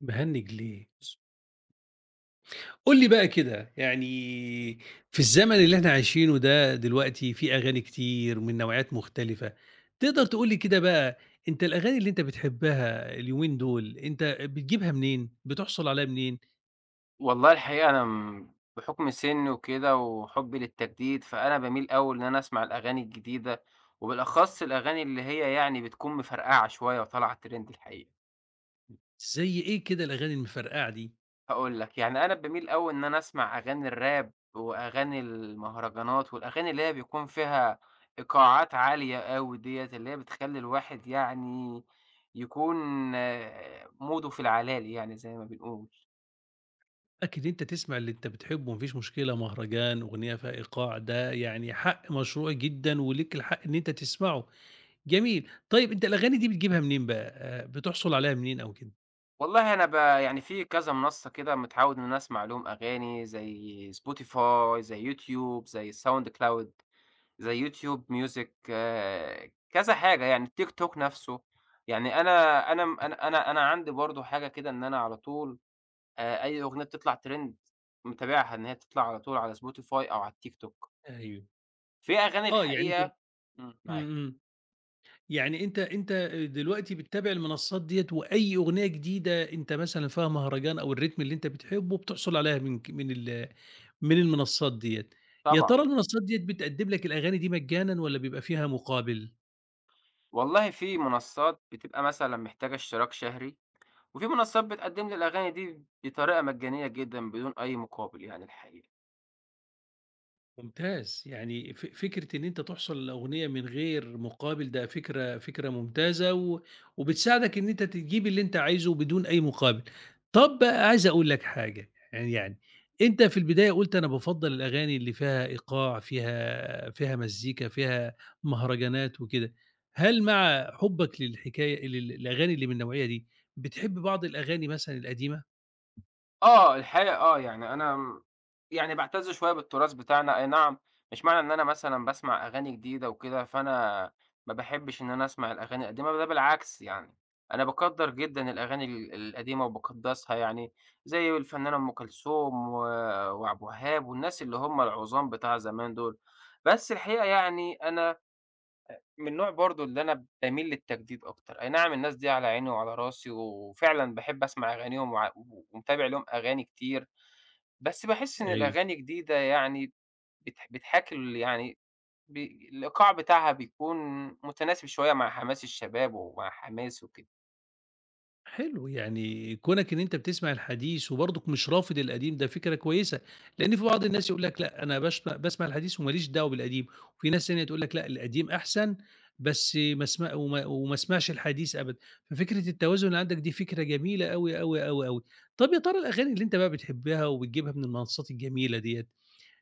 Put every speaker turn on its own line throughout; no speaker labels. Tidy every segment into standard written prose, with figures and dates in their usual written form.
مهنج ليه؟ قُل لي بقى كده، يعني في الزمن اللي إحنا عايشينه ده دلوقتي في أغاني كتير من نوعيات مختلفة، تقدر تقول لي كده بقى أنت الأغاني اللي أنت بتحبها اليومين دول، أنت بتجيبها منين، بتحصل عليها منين،
والله الحقيقة أنا م بحُكم سِنّي وكده وحُبّي للتجديد، فأنا باميل أوي إن أنا أسمع الأغاني الجديدة، وبالأخص الأغاني اللي هي يعني بتكون مفرقعة شوية وطالعة trend الحقيقة.
زي إيه كده الأغاني المفرقعة دي؟
هاقول لك، يعني أنا باميل أوي إن أنا أسمع أغاني الراب وأغاني المهرجانات والأغاني اللي هي بيكون فيها إيقاعات عالية أوي ديّة، اللي هي بتخلّي الواحد يعني يكون آه، موده في العلالي يعني زي ما بنقول.
أكيد أنت تسمع اللي أنت بتحبه ما فيش مشكلة، مهرجان، أغنية فيها إيقاع، ده يعني حق مشروع جدًا وليك الحق إن أنت تسمعه، جميل، طيب أنت الأغاني دي بتجيبها منين بقى، بتحصل عليها منين أو كده؟
والله أنا يعني في كذا منصة كده متعوّد إن أنا أسمع لهم أغاني، زي Spotify، زي YouTube، زي SoundCloud، زي YouTube Music، كذا حاجة يعني الTikTok نفسه. يعني أنا أنا م أنا أنا أنا عندي برضه حاجة كده إن أنا على طول أي أغنية بتطلع trend متابعها إن هي بتطلع على طول على Spotify أو على الTikTok.
أيوه.
في أغاني
آه، يعني أنت.
الحقيقة إمم،
إمم،
معاك.
إمم. يعني أنت دلوقتي بتتابع المنصات ديّة وأي أغنية جديدة أنت مثلًا فيها مهرجان أو الريتم اللي أنت بتحبه، بتحصل عليها من ك من ال من المنصات ديّة. يا
طبعًا.
ترى المنصات ديّة بتقدّم لك الأغاني دي مجانًا والّا بيبقى فيها مقابل؟
والله في منصات بتبقى مثلًا محتاجة اشتراك شهري وفي منصات بتقدّم لي الأغاني دي بطريقة مجانية جدًا بدون أي مقابل يعني الحقيقة.
ممتاز، يعني فكرة إن أنت تحصل لأغنية من غير مقابل ده فكرة ممتازة وبتساعدك إن أنت تجيب اللي أنت عايزه بدون أي مقابل. طب بقى عايز أقول لك حاجة، يعني أنت في البداية قُلت أنا بافضّل الأغاني اللي فيها إيقاع، فيها مزيكا، فيها مهرجانات وكده. هل مع حُبّك للحكاية لل للأغاني اللي من النوعية دي، بتحب بعض الأغاني مثلًا القديمة؟
آه، الحقيقة آه، يعني أنا م يعني باعتز شوية بالتراث بتاعنا، أي نعم مش معنى إن أنا مثلًا باسمع أغاني جديدة وكده، فأنا ما باحبش إن أنا أسمع الأغاني القديمة، ده بالعكس يعني، أنا باقدّر جدًا الأغاني القديمة وباقدّسها يعني، زي الفنانة أم كلثوم و وعبد الوهاب والناس اللي هم العُظام بتاع زمان دول. بس الحقيقة يعني أنا من النوع برضه اللي أنا باميل للتجديد أكتر، أي نعم الناس دي على عيني وعلى راسي، وفعلًا باحب أسمع أغانيهم ومتابع لهم أغاني كتير، بس باحس إن
أيوه.
الأغاني الجديدة يعني بتحاكي ال يعني ب الإيقاع بتاعها بيكون متناسب شوية مع حماس الشباب ومع حماسي وكده.
حلو، يعني كونك إن أنت بتسمع الحديث وبرضك مش رافض القديم ده فكرة كويسة، لإن في بعض الناس يقول لك لأ، أنا باسمع الحديث وما ليش دعوة بالقديم، وفي ناس تانية تقول لك لأ، القديم أحسن بس ما اسم وما وما اسمعش الحديث أبدًا، ففكرة التوازن اللي عندك دي فكرة جميلة أوي، أوي، أوي، أوي. طَب يا ترى الأغاني اللي أنت بقى بتحبها وبتجيبها من المنصات الجميلة ديّة،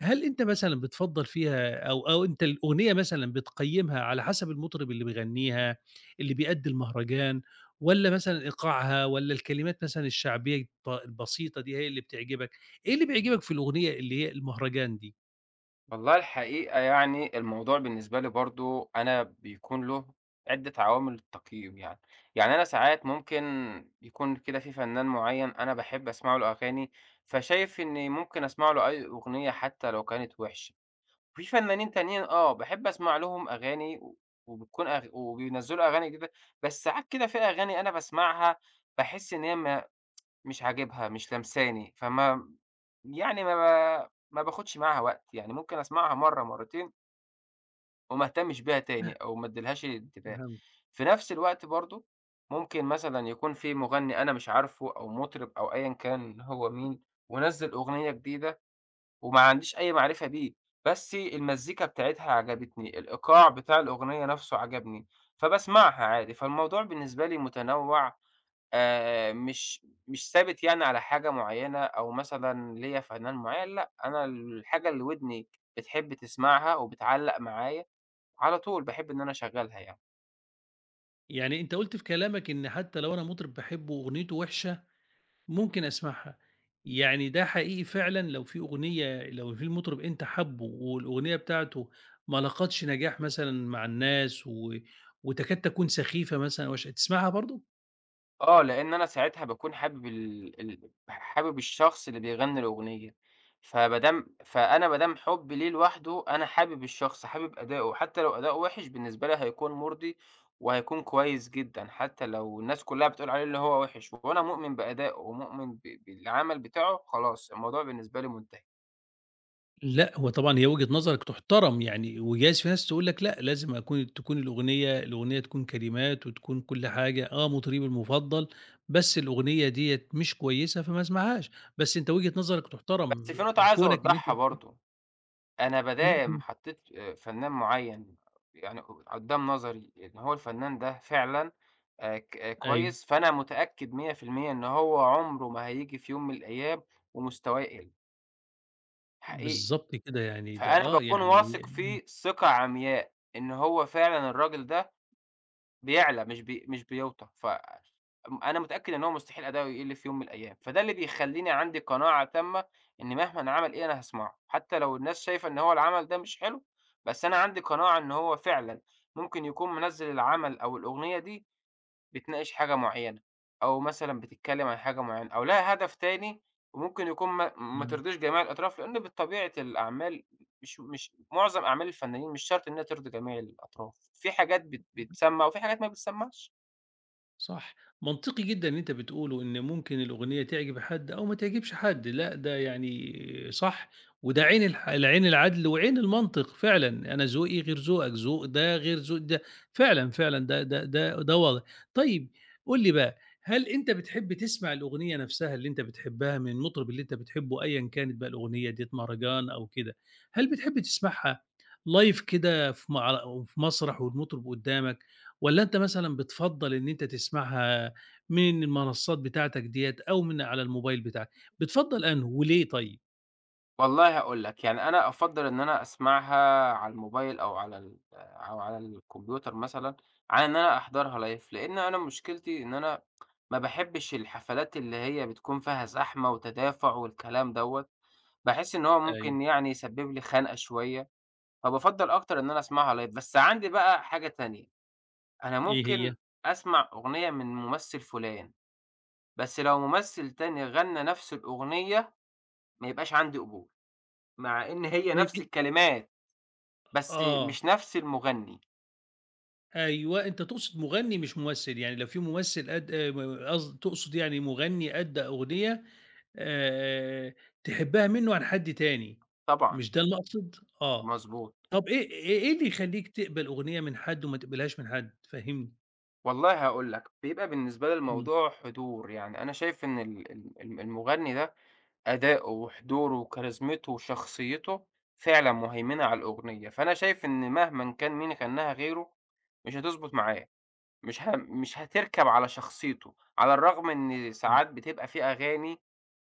هل أنت مثلًا بتفضّل فيها أو أنت الأغنية مثلًا بتقيّمها على حسب المطرب اللي بيغنّيها، اللي بيأدّي المهرجان والّا مثلًا إيقاعها والّا الكلمات مثلًا الشعبية البسيطة دي هي اللي بتعجبك؟ إيه اللي بيعجبك في الأغنية اللي هي المهرجان دي؟
والله الحقيقة يعني الموضوع بالنسبة لي برضه أنا بيكون له عدة عوامل للتقييم يعني، يعني أنا ساعات ممكن يكون كده في فنان معين أنا باحب أسمع له أغاني، فشايف إني ممكن أسمع له أي أغنية حتى لو كانت وحشة، في فنانين تانيين آه باحب أسمع لهم أغاني و وبتكون وبينزّلوا أغاني جديدة، بس ساعات كده في أغاني أنا باسمعها باحس إن هي ما مش عاجبها، مش لامساني، فما يعني ما ب ما باخدش معاها وقت، يعني ممكن أسمعها مرّة، مرّتين وما اهتمش بيها تاني
آه،
أو ما اديلهاش انتباه.
فهمت.
في نفس الوقت برضه ممكن مثلًا يكون في مغني أنا مش عارفه أو مطرب أو أيًا كان هو مين، ونزّل أغنية جديدة وما عنديش أي معرفة بيه، بس المزيكا بتاعتها عجبتني، الإيقاع بتاع الأغنية نفسه عجبني، فباسمعها عادي. فالموضوع بالنسبة لي متنوع مش ثابت يعني على حاجة معيّنة أو مثلًا ليّا فنان معيّن، لأ، أنا الحاجة اللي ودني بتحب تسمعها وبتعلّق معايا، على طول باحب إن أنا أشغّلها يعني.
يعني أنت قُلت في كلامك إن حتى لو أنا مطرب باحبه وأغنيته وِحشة ممكن أسمعها، يعني ده حقيقي فعلًا لو في أغنية لو في المطرب أنت حابُّه والأغنية بتاعته ما لاقتش نجاح مثلًا مع الناس وتكاد تكون سخيفة مثلًا أو تسمعها برضه؟
آه، لإن أنا ساعتها باكون حابب ال ال حابب الشخص اللي بيغنّي الأغنية، فما دام فأنا ما دام حُبّي ليه لوحده، أنا حابب الشخص، حابب أداؤه، حتى لو أداؤه وِحِش بالنسبة لي هيكون مُرضي وهيكون كويس جدًا، حتى لو الناس كلّها بتقول عليه إن هو وِحِش وأنا مؤمن بأدائه ومؤمن بالعمل بتاعه، خلاص الموضوع بالنسبة لي مُنتهي.
لأ، هو طبعًا هي وجهة نظرك تُحترم يعني، وجايز في ناس تقول لك لأ، لازم تكون الأغنية تكون كلمات وتكون كل حاجة، آه مطربي المفضل بس الأغنية ديّة مش كويسة فما اسمعهاش، بس أنت وجهة نظرك
بس
تُحترم
في نقطة عايز
كونك إن أنت
أوضّحها برضه. أنا
إمم،
بدام
إمم،
حطيت فنان معيّن يعني قدّام نظري إن هو الفنان ده فعلًا ك آه،
أيوه.
كويس، فأنا متأكد 100% إن هو عمره ما هييجي في يوم من الأيام ومستواه يقل، حقيقي.
بالضبط كده، يعني ده
فأنا باكون
يعني
واثق فيه ثقة عمياء إن هو فعلًا الراجل ده بيعلى مش بيوطى، ف م أنا متأكد إن هو مستحيل أداؤه يقل في يوم من الأيام، فده اللي بيخلّيني عندي قناعة تامة إن مهمًا عمل إيه أنا هاسمعه، حتى لو الناس شايفة إن هو العمل ده مش حلو، بس أنا عندي قناعة إن هو فعلًا ممكن يكون منزّل العمل أو الأغنية دي بتناقش حاجة معيّنة، أو مثلًا بتتكلّم عن حاجة معيّنة، أو لها هدف تاني وممكن يكون ما
إمم.
ترضيش جميع الأطراف، لإن بطبيعة الأعمال مش معظم أعمال الفنانين مش شرط إنها ترضي جميع الأطراف، في حاجات بتسمّع وفي حاجات ما بتسمّعش.
صح، منطقي جدًا اللي أنت بتقوله، إن ممكن الأغنية تعجب حد أو ما تعجبش حد، لأ ده يعني صح، وده عين العين العدل وعين المنطق فعلًا، أنا ذوقي غير ذوقك، ذوق ده غير ذوق ده، فعلًا، فعلًا ده واضح. طيب قُل لي بقى، هل أنت بتحب تسمع الأغنية نفسها اللي أنت بتحبها من المطرب اللي أنت بتحبه أيًا كانت بقى الأغنية ديّة مهرجان أو كده، هل بتحب تسمعها live كده في مسرح والمطرب قدامك؟ والّا أنت مثلًا بتفضّل إن أنت تسمعها من المنصات بتاعتك ديّة أو من على الموبايل بتاعك، بتفضّل أنهُ وليه طيب؟
والله هاقول لك، يعني أنا أفضّل إن أنا أسمعها على الموبايل أو على ال أو على الكمبيوتر مثلًا، عن إن أنا أحضرها لايڤ، لإن أنا مشكلتي إن أنا ما باحبّش الحفلات اللي هي بتكون فيها زحمة وتدافع والكلام دوّة. باحس إن هو
أيوه،
ممكن يعني يسبب لي خنقة شوية، فبافضّل أكتر إن أنا أسمعها live. بس عندي بقى حاجة تانية، أنا
إيه هي؟
ممكن أسمع أغنية من ممثل فلان، بس لو ممثل تاني غنّى نفس الأغنية ما يبقاش عندي قبول، مع إن هي
طيب
نفس
أن
الكلمات، بس
آه،
مش نفس المغني.
أيوه، أنت تقصد مغني مش ممثل، يعني لو في ممثل أد م قصد تقصد يعني مغني أدّى أغنية آآ تحبّها منّه عن حد تاني،
طبعًا،
مش ده المقصد؟ آه.
مضبوط.
طب إيه اللي يخلّيك تقبل أغنية من حد وما تقبلهاش من حد؟ فهّمني.
والله هاقول لك، بيبقى بالنسبة لي
إمم،
الموضوع حضور، يعني أنا شايف إن ال ال المغني ده أداؤه وحضوره وكاريزمته وشخصيته فعلًا مهيمنة على الأغنية، فأنا شايف إن مهمًا كان مين غناها غيره مش هتضبط معاه، مش هتركب على شخصيته، على الرغم إن
إمم،
ساعات بتبقى في أغاني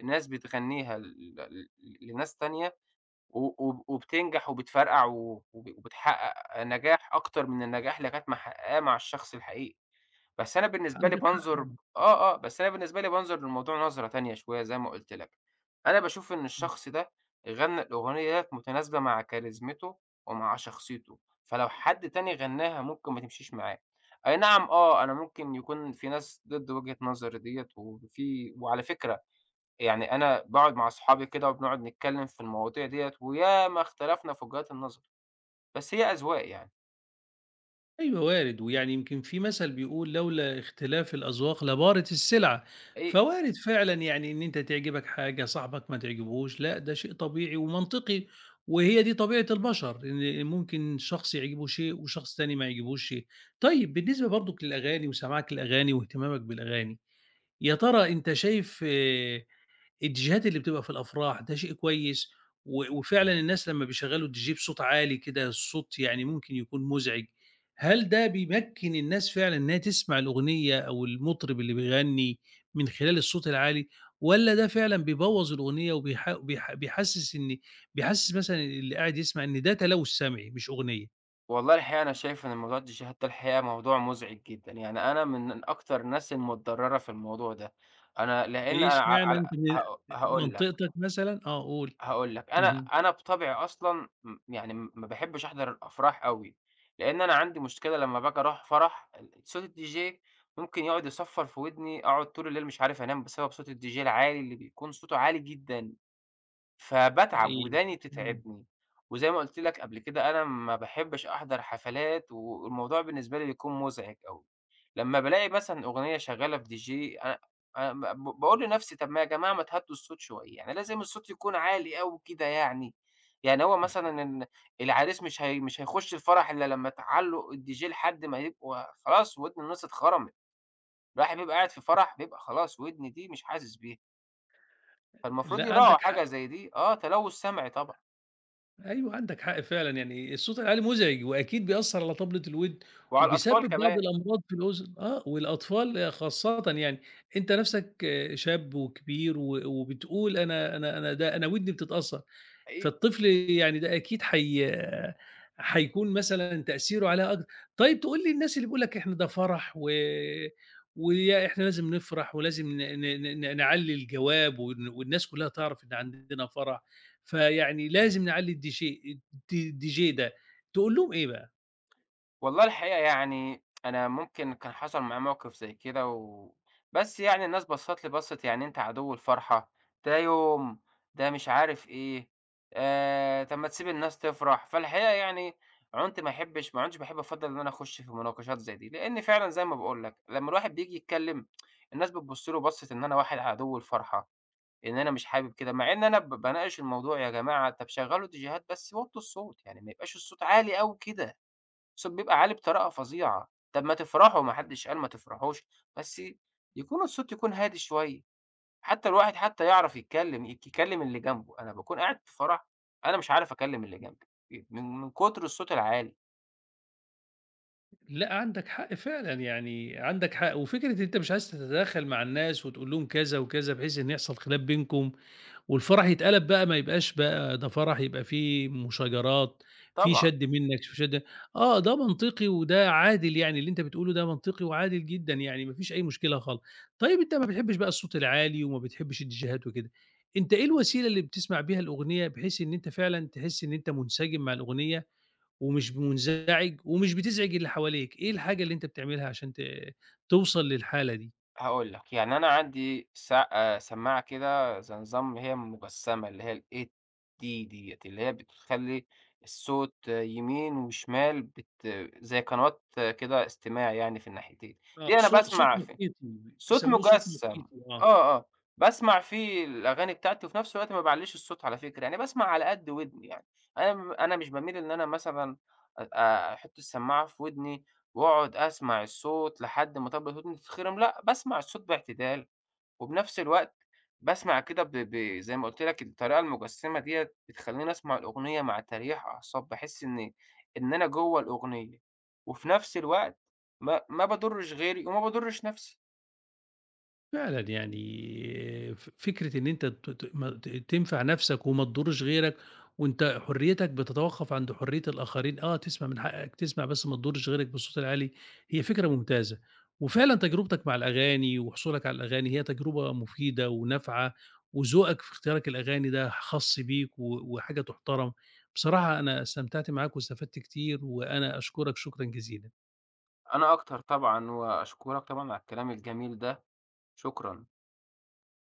الناس بتغنيها ل ل لناس تانية و وبتنجح وبتفرقع و وبتحقق نجاح أكتر من النجاح اللي كانت محققاه مع الشخص الحقيقي. بس أنا بالنسبة لي
عندك حق
بانظُر
طبعًا.
آه، آه، بس أنا بالنسبة لي بانظُر للموضوع نظرة تانية شوية زي ما قُلت لك، أنا باشوف إن الشخص ده غنّى الأغنية ديّة متناسبة مع كاريزمته ومع شخصيته، فلو حد تاني غنّاها ممكن ما تمشيش معاه، أي نعم آه، أنا ممكن يكون في ناس ضد وجهة نظري ديّة وفي وعلى فكرة يعني أنا باقعد مع أصحابي كده وبنقعد نتكلّم في المواضيع ديّة وياما اختلفنا في وجهات النظر، بس هي أذواق يعني،
أيوه وارد، ويعني يمكن في مثل بيقول: "لولا اختلاف الأذواق لبارت السلع."
هي
فوارد فعلًا يعني إن أنت تعجبك حاجة، صاحبك ما تعجبهوش، لأ ده شيء طبيعي ومنطقي، وهي دي طبيعة البشر، إن ممكن شخص يعجبه شيء وشخص تاني ما يعجبهوش شيء. طيب بالنسبة برضك للأغاني وسماعك للأغاني واهتمامك بالأغاني، يا ترى أنت شايف الديجيهات اللي بتبقى في الأفراح ده شيء كويس، وفعلًا الناس لمّا بيشغّلوا الديجيه بصوت عالي كده، الصوت يعني ممكن يكون مُزعِج، هل ده بيمكّن الناس فعلًا إنها تسمع الأغنية أو المطرب اللي بيغني من خلال الصوت العالي، والّا ده فعلًا بيبوّظ الأغنية وبيح بيح بيحسّس إن بيحسّس مثلًا اللي قاعد يسمع إن ده تلوث سمعي مش أغنية؟
والله الحقيقة أنا شايف إن موضوع الديجيه ده الحقيقة موضوع مزعج جدًا، يعني أنا من أكتر الناس المتضررة في الموضوع ده، أنا لإن
ليه
أنا ع
اشمعنى
على
أنت من
هاق هاقول لك،
منطقتك مثلًا قُل.
هاقول لك، أنا
اهم.
أنا بطبعي أصلًا ما باحبش أحضر الأفراح أوي، لإن أنا عندي مشكلة لمّا باجي أروح فرح صوت الديجيه ممكن يقعد يصفّر في ودني، أقعد طول الليل مش عارف أنام بسبب صوت الديجيه العالي اللي بيكون صوته عالي جدًا. فباتعب،
حقيقي.
وداني
إمم.
بتتعبني، وزي ما قُلت لك قبل كده أنا ما باحبش أحضر حفلات، والموضوع بالنسبة لي بيكون مُزعج أوي، لمّا بالاقي مثلًا أغنية شغّالة في DJ أ أ ب باقول لنفسي طَب ما يا جماعة ما تهدّوا الصوت شوية، يعني لازم الصوت يكون عالي أوي كده يعني، يعني هو مثلًا العريس مش هيخش الفرح إلا لمّا تعلّق الDJ لحد ما يبقوا خلاص ودن الناس اتخرمت، الواحد بيبقى قاعد في فرح بيبقى خلاص ودن دي مش حاسس بيها، فالمفروض
لأ
يراعوا
عندك
حاجة
حق.
زي دي، آه تلوث سمعي طبعًا.
أيوه، عندك حق فعلًا، يعني الصوت العالي مزعج وأكيد بيأثّر على طبلة الوِدْن
وعلى الأطفال
وبيسبب بعض
كمان
الأمراض في الأذن، آه، والأطفال خاصةً يعني، أنت نَفْسك شاب وكبير وبتقول أنا ده أنا ودني بتتأثّر،
حقيقي.
فالطفل يعني ده أكيد حيكون مثلًا تأثيره عليها طيب تقول لي الناس اللي بيقول لك إحنا ده فرح ويا إحنا لازم نفرح ولازم ن ن ن ن نعلّي الجواب والناس كُلّها تعرف إن عندنا فرح فيعني لازم نعلّي الDJ ده، تقول لهم إيه بقى؟
والله الحقيقة يعني أنا ممكن كان حصل معايا موقف زي كده و بس يعني الناس بصّت لي بصّة يعني أنت عدو الفرحة، ده يوم، ده مش عارف إيه، طب ما تسيب الناس تفرح، فالحقيقة يعني عُنت ما أحبّش ما عُنتش باحب أفضّل إن أنا أخُش في مناقشات زي دي، لإن فعلًا زي ما باقول لك لمّا الواحد بييجي يتكلّم الناس بتبُص له بصّة إن أنا واحد عدو الفرحة. إن أنا مش حابب كده، مع إن أنا باناقش الموضوع يا جماعة طب شغّلوا ديجيهات بس وطّوا الصوت، يعني ما يبقاش الصوت عالي أوي كده، الصوت بيبقى عالي بطريقة فظيعة، طب ما تفرحوا ما حدش قال ما تفرحوش، بس الصوت يكون هادي شوية، حتى الواحد يعرف يتكلّم، يكلّم اللي جنبه، أنا باكون قاعد في فرح أنا مش عارف أكلّم اللي جنبي، من كتر الصوت العالي،
لأ عندك حق فعلًا، يعني عندك حق، وفكرة أنت مش عايز تتدخّل مع الناس وتقول لهم كذا وكذا بحيث إن يحصل خلاف بينكم، والفرح يتقلب بقى ما يبقاش بقى ده فرح يبقى فيه مشاجرات، في
طبعًا.
شَد منّك في شَد آه، ده منطقي وده عادل يعني اللي أنت بتقوله ده منطقي وعادل جدًا يعني ما فيش أي مشكلة خالص. طيب أنت ما بتحبّش بقى الصوت العالي وما بتحبّش الديجيهات وكده، أنت إيه الوسيلة اللي بتسمع بيها الأغنية بحيث إن أنت فعلًا تحس إن أنت منسجم مع الأغنية ومش منزعج ومش بتزعج اللي حواليك، إيه الحاجة اللي أنت بتعملها عشان توصل للحالة دي؟
هاقول لك، يعني أنا عندي س سماعة كده زي نظام هي مجسّمة اللي هي الAT ديّة، اللي هي بتخلّي الصوت آه، يمين وشمال زي قنوات آه، كده استماع يعني في الناحيتين، دي
آه،
أنا
صوت
باسمع
محيطي،
صوت
بيسموه صوت
مُجسّم،
محيطي، آه.
آه، آه، باسمع فيه الأغاني بتاعتي وفي نفس الوقت ما باعلّيش الصوت على فكرة، يعني باسمع على قد ودني يعني، أنا مش باميل إن أنا مثلًا أ أ- أحُط السماعة في ودني وأقعد أسمع الصوت لحد ما طبلة ودني تتخرم، لأ، باسمع الصوت باعتدال وفي نفس الوقت باسمع كده ب ب زي ما قُلت لك الطريقة المُجسّمة ديّة بتخلّيني أسمع الأغنية مع تريّح أعصاب، باحس إن إن أنا جوّه الأغنية وفي نفس الوقت ما باضُرّش غيري وما باضُرّش نفسي.
فعلًا يعني فكرة إن أنت ت ت ما ت تنفع نَفْسك وما تضُرّش غيرك، وأنت حريتك بتتوقف عند حرية الآخرين، آه تسمع من حقك تسمع بس ما تضُرّش غيرك بالصوت العالي، هي فكرة ممتازة، وفعلًا تجربتك مع الأغاني وحصولك على الأغاني هي تجربة مفيدة ونافعة، وذوقك في اختيارك الأغاني ده خاص بيك وحاجة تُحترم، بصراحة أنا استمتعت معاك واستفدت كتير، وأنا أشكرك شكرًا جزيلًا.
أنا أكتر طبعًا، وأشكرك طبعًا على الكلام الجميل ده، شكرًا.